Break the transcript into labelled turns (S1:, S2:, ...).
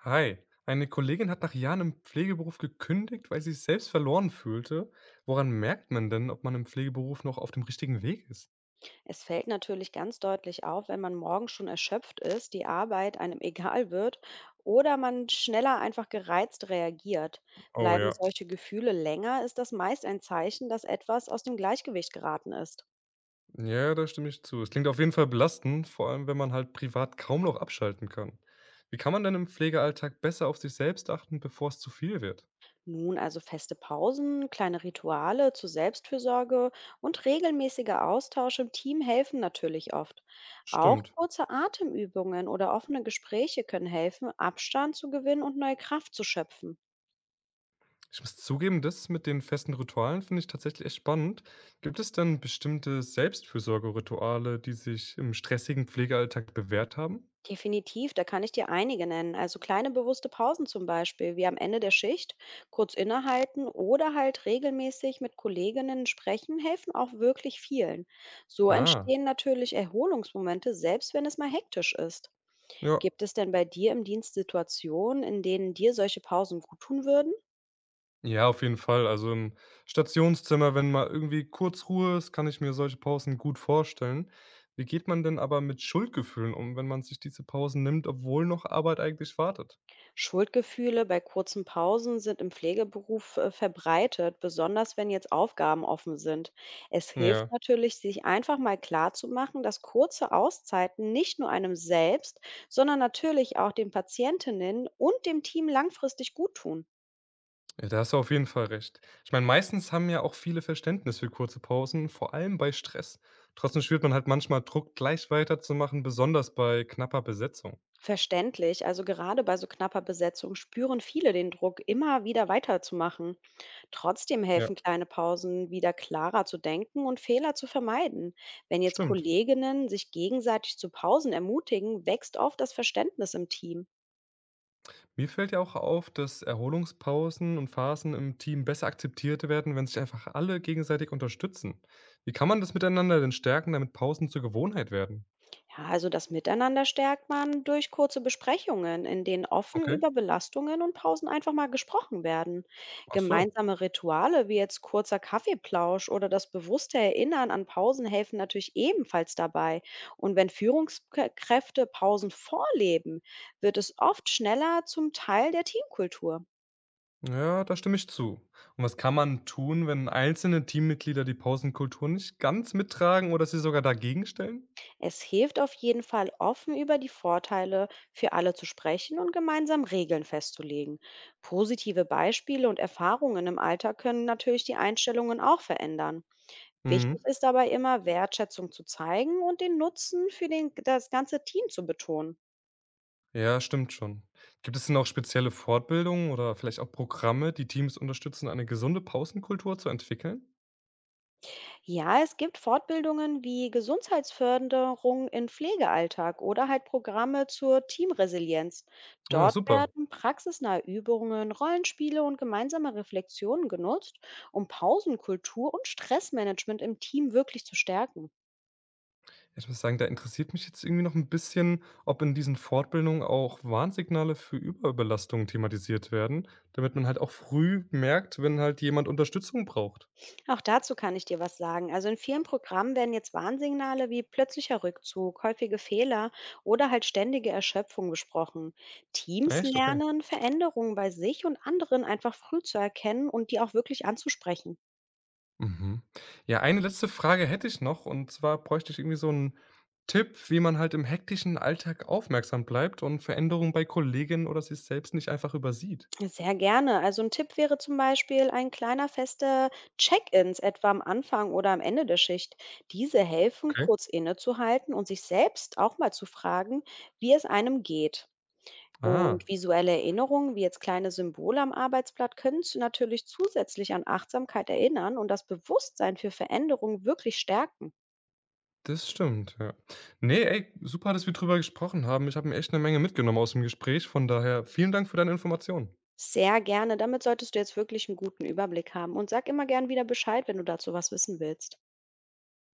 S1: Hi, eine Kollegin hat nach Jahren im Pflegeberuf gekündigt, weil sie sich selbst verloren fühlte. Woran merkt man denn, ob man im Pflegeberuf noch auf dem richtigen Weg ist?
S2: Es fällt natürlich ganz deutlich auf, wenn man morgens schon erschöpft ist, die Arbeit einem egal wird oder man schneller einfach gereizt reagiert.
S1: Oh
S2: Bleiben
S1: ja.
S2: solche Gefühle länger, ist das meist ein Zeichen, dass etwas aus dem Gleichgewicht geraten ist.
S1: Ja, da stimme ich zu. Es klingt auf jeden Fall belastend, vor allem wenn man halt privat kaum noch abschalten kann. Wie kann man denn im Pflegealltag besser auf sich selbst achten, bevor es zu viel wird?
S2: Nun also feste Pausen, kleine Rituale zur Selbstfürsorge und regelmäßiger Austausch im Team helfen natürlich oft. Auch
S1: Stimmt.
S2: kurze Atemübungen oder offene Gespräche können helfen, Abstand zu gewinnen und neue Kraft zu schöpfen.
S1: Ich muss zugeben, das mit den festen Ritualen finde ich tatsächlich echt spannend. Gibt es denn bestimmte Selbstfürsorgerituale, die sich im stressigen Pflegealltag bewährt haben?
S2: Definitiv, da kann ich dir einige nennen. Also kleine bewusste Pausen zum Beispiel, wie am Ende der Schicht, kurz innehalten oder halt regelmäßig mit Kolleginnen sprechen, helfen auch wirklich vielen. So
S1: Ah.
S2: entstehen natürlich Erholungsmomente, selbst wenn es mal hektisch ist.
S1: Ja.
S2: Gibt es denn bei dir im Dienst Situationen, in denen dir solche Pausen gut tun würden?
S1: Ja, auf jeden Fall. Also, im Stationszimmer, wenn mal irgendwie kurz Ruhe ist, kann ich mir solche Pausen gut vorstellen. Wie geht man denn aber mit Schuldgefühlen um, wenn man sich diese Pausen nimmt, obwohl noch Arbeit eigentlich wartet?
S2: Schuldgefühle bei kurzen Pausen sind im Pflegeberuf verbreitet, besonders wenn jetzt Aufgaben offen sind. Es hilft
S1: Ja.
S2: natürlich, sich einfach mal klarzumachen, dass kurze Auszeiten nicht nur einem selbst, sondern natürlich auch den Patientinnen und dem Team langfristig gut tun.
S1: Ja, da hast du auf jeden Fall recht. Ich meine, meistens haben ja auch viele Verständnis für kurze Pausen, vor allem bei Stress. Trotzdem spürt man halt manchmal Druck, gleich weiterzumachen, besonders bei knapper Besetzung.
S2: Verständlich. Also gerade bei so knapper Besetzung spüren viele den Druck, immer wieder weiterzumachen. Trotzdem
S1: Ja,
S2: helfen kleine Pausen, wieder klarer zu denken und Fehler zu vermeiden. Wenn jetzt
S1: stimmt.
S2: Kolleginnen sich gegenseitig zu Pausen ermutigen, wächst oft das Verständnis im Team.
S1: Mir fällt ja auch auf, dass Erholungspausen und Phasen im Team besser akzeptiert werden, wenn sich einfach alle gegenseitig unterstützen. Wie kann man das miteinander denn stärken, damit Pausen zur Gewohnheit werden?
S2: Ja, also das Miteinander stärkt man durch kurze Besprechungen, in denen offen
S1: Okay.
S2: über Belastungen und Pausen einfach mal gesprochen werden.
S1: Ach so.
S2: Gemeinsame Rituale wie jetzt kurzer Kaffeeplausch oder das bewusste Erinnern an Pausen helfen natürlich ebenfalls dabei. Und wenn Führungskräfte Pausen vorleben, wird es oft schneller zum Teil der Teamkultur.
S1: Ja, da stimme ich zu. Und was kann man tun, wenn einzelne Teammitglieder die Pausenkultur nicht ganz mittragen oder sie sogar dagegen stellen?
S2: Es hilft auf jeden Fall, offen über die Vorteile für alle zu sprechen und gemeinsam Regeln festzulegen. Positive Beispiele und Erfahrungen im Alltag können natürlich die Einstellungen auch verändern.
S1: Mhm.
S2: Wichtig ist dabei immer, Wertschätzung zu zeigen und den Nutzen für den, das ganze Team zu betonen.
S1: Ja, stimmt schon. Gibt es denn auch spezielle Fortbildungen oder vielleicht auch Programme, die Teams unterstützen, eine gesunde Pausenkultur zu entwickeln?
S2: Ja, es gibt Fortbildungen wie Gesundheitsförderung im Pflegealltag oder halt Programme zur Teamresilienz.
S1: Ja,
S2: Dort
S1: super.
S2: werden praxisnahe Übungen, Rollenspiele und gemeinsame Reflexionen genutzt, um Pausenkultur und Stressmanagement im Team wirklich zu stärken.
S1: Ich muss sagen, da interessiert mich jetzt irgendwie noch ein bisschen, ob in diesen Fortbildungen auch Warnsignale für Überbelastungen thematisiert werden, damit man halt auch früh merkt, wenn halt jemand Unterstützung braucht.
S2: Auch dazu kann ich dir was sagen. Also in vielen Programmen werden jetzt Warnsignale wie plötzlicher Rückzug, häufige Fehler oder halt ständige Erschöpfung besprochen. Teams
S1: Echt? Okay.
S2: lernen, Veränderungen bei sich und anderen einfach früh zu erkennen und die auch wirklich anzusprechen.
S1: Mhm. Ja, eine letzte Frage hätte ich noch, und zwar bräuchte ich irgendwie so einen Tipp, wie man halt im hektischen Alltag aufmerksam bleibt und Veränderungen bei Kolleginnen oder sich selbst nicht einfach übersieht.
S2: Sehr gerne. Also ein Tipp wäre zum Beispiel ein kleiner fester Check-ins, etwa am Anfang oder am Ende der Schicht. Diese helfen,
S1: Okay.
S2: kurz innezuhalten und sich selbst auch mal zu fragen, wie es einem geht.
S1: Ah.
S2: Und visuelle Erinnerungen, wie jetzt kleine Symbole am Arbeitsblatt, können natürlich zusätzlich an Achtsamkeit erinnern und das Bewusstsein für Veränderungen wirklich stärken.
S1: Das stimmt, ja. Ne, ey, super, dass wir drüber gesprochen haben. Ich habe mir echt eine Menge mitgenommen aus dem Gespräch. Von daher vielen Dank für deine Informationen.
S2: Sehr gerne. Damit solltest du jetzt wirklich einen guten Überblick haben. Und sag immer gern wieder Bescheid, wenn du dazu was wissen willst.